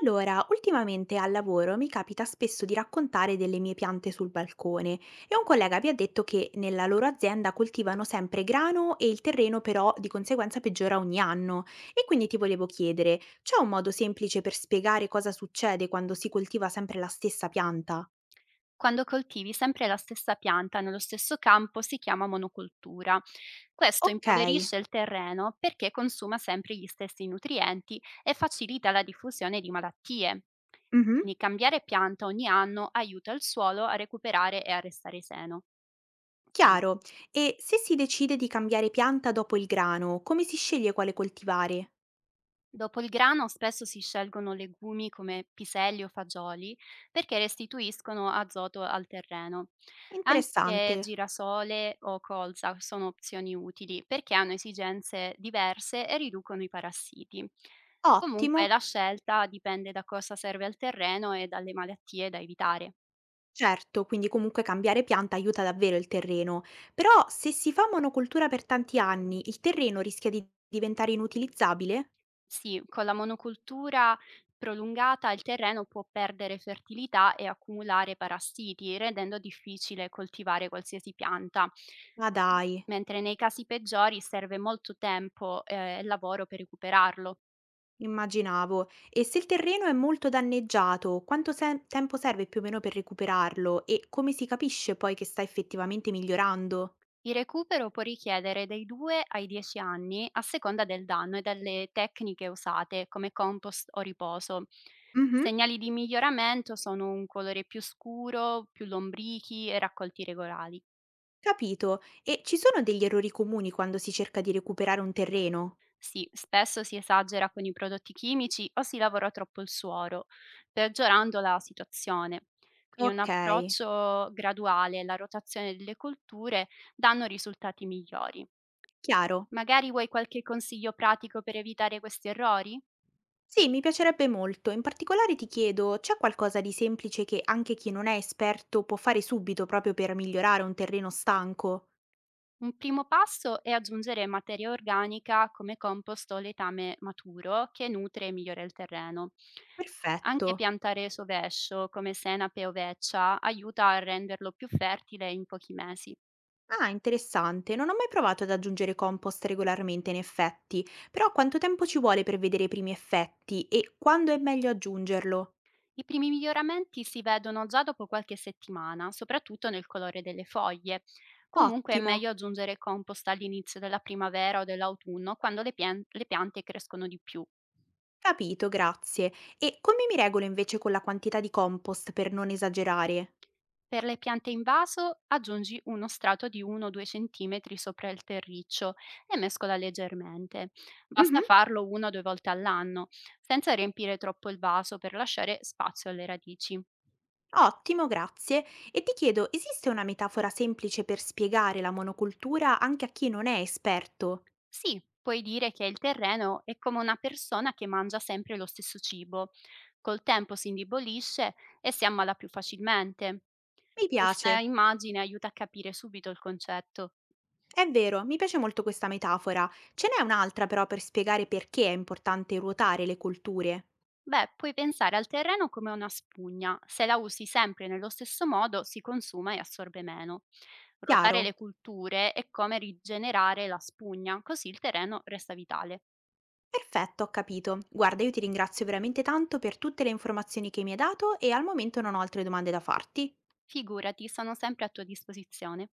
Allora, ultimamente al lavoro mi capita spesso di raccontare delle mie piante sul balcone e un collega mi ha detto che nella loro azienda coltivano sempre grano e il terreno però di conseguenza peggiora ogni anno. E quindi ti volevo chiedere, c'è un modo semplice per spiegare cosa succede quando si coltiva sempre la stessa pianta? Quando coltivi sempre la stessa pianta nello stesso campo si chiama monocultura. Questo Ok, impoverisce il terreno perché consuma sempre gli stessi nutrienti e facilita la diffusione di malattie. mhm, Quindi cambiare pianta ogni anno aiuta il suolo a recuperare e a restare sano. chiaro. E se si decide di cambiare pianta dopo il grano, come si sceglie quale coltivare? Dopo il grano spesso si scelgono legumi come piselli o fagioli perché restituiscono azoto al terreno. Anche Interessante. girasole o colza sono opzioni utili perché hanno esigenze diverse e riducono i parassiti. Ottimo. Comunque la scelta dipende da cosa serve al terreno e dalle malattie da evitare. Certo, quindi comunque cambiare pianta aiuta davvero il terreno, però se si fa monocultura per tanti anni, il terreno rischia di diventare inutilizzabile? Sì, con la monocultura prolungata il terreno può perdere fertilità e accumulare parassiti, rendendo difficile coltivare qualsiasi pianta. Ma dai, Mentre nei casi peggiori serve molto tempo e lavoro per recuperarlo. immaginavo. E se il terreno è molto danneggiato, quanto tempo serve più o meno per recuperarlo e come si capisce poi che sta effettivamente migliorando? Il recupero può richiedere dai 2 ai 10 anni a seconda del danno e dalle tecniche usate, come compost o riposo. Mhm, Segnali di miglioramento sono un colore più scuro, più lombrichi e raccolti regolari. capito. E ci sono degli errori comuni quando si cerca di recuperare un terreno? Sì, spesso si esagera con i prodotti chimici o si lavora troppo il suolo, peggiorando la situazione. Quindi un Ok, approccio graduale e la rotazione delle colture danno risultati migliori. chiaro. Magari vuoi qualche consiglio pratico per evitare questi errori? Sì, mi piacerebbe molto. In particolare ti chiedo, c'è qualcosa di semplice che anche chi non è esperto può fare subito proprio per migliorare un terreno stanco? Un primo passo è aggiungere materia organica come compost o letame maturo che nutre e migliora il terreno. Perfetto. Anche piantare sovescio come senape o veccia aiuta a renderlo più fertile in pochi mesi. Ah, interessante. Non ho mai provato ad aggiungere compost regolarmente, in effetti. Però quanto tempo ci vuole per vedere i primi effetti e quando è meglio aggiungerlo? I primi miglioramenti si vedono già dopo qualche settimana, soprattutto nel colore delle foglie. Comunque è Ottimo. meglio aggiungere compost all'inizio della primavera o dell'autunno, quando le piante crescono di più. Capito, grazie. E come mi regolo invece con la quantità di compost per non esagerare? Per le piante in vaso aggiungi uno strato di 1-2 cm sopra il terriccio e mescola leggermente. Basta Mhm. farlo una o due volte all'anno, senza riempire troppo il vaso per lasciare spazio alle radici. Ottimo, grazie. E ti chiedo, esiste una metafora semplice per spiegare la monocultura anche a chi non è esperto? Sì, puoi dire che il terreno è come una persona che mangia sempre lo stesso cibo. Col tempo si indebolisce e si ammala più facilmente. Mi Questa piace. immagine aiuta a capire subito il concetto. È vero, mi piace molto questa metafora. Ce n'è un'altra però per spiegare perché è importante ruotare le colture. Beh, puoi pensare al terreno come una spugna. Se la usi sempre nello stesso modo, si consuma e assorbe meno. Ruotare Chiaro? le culture è come rigenerare la spugna, così il terreno resta vitale. Perfetto, ho capito. Guarda, io ti ringrazio veramente tanto per tutte le informazioni che mi hai dato e al momento non ho altre domande da farti. Figurati, sono sempre a tua disposizione.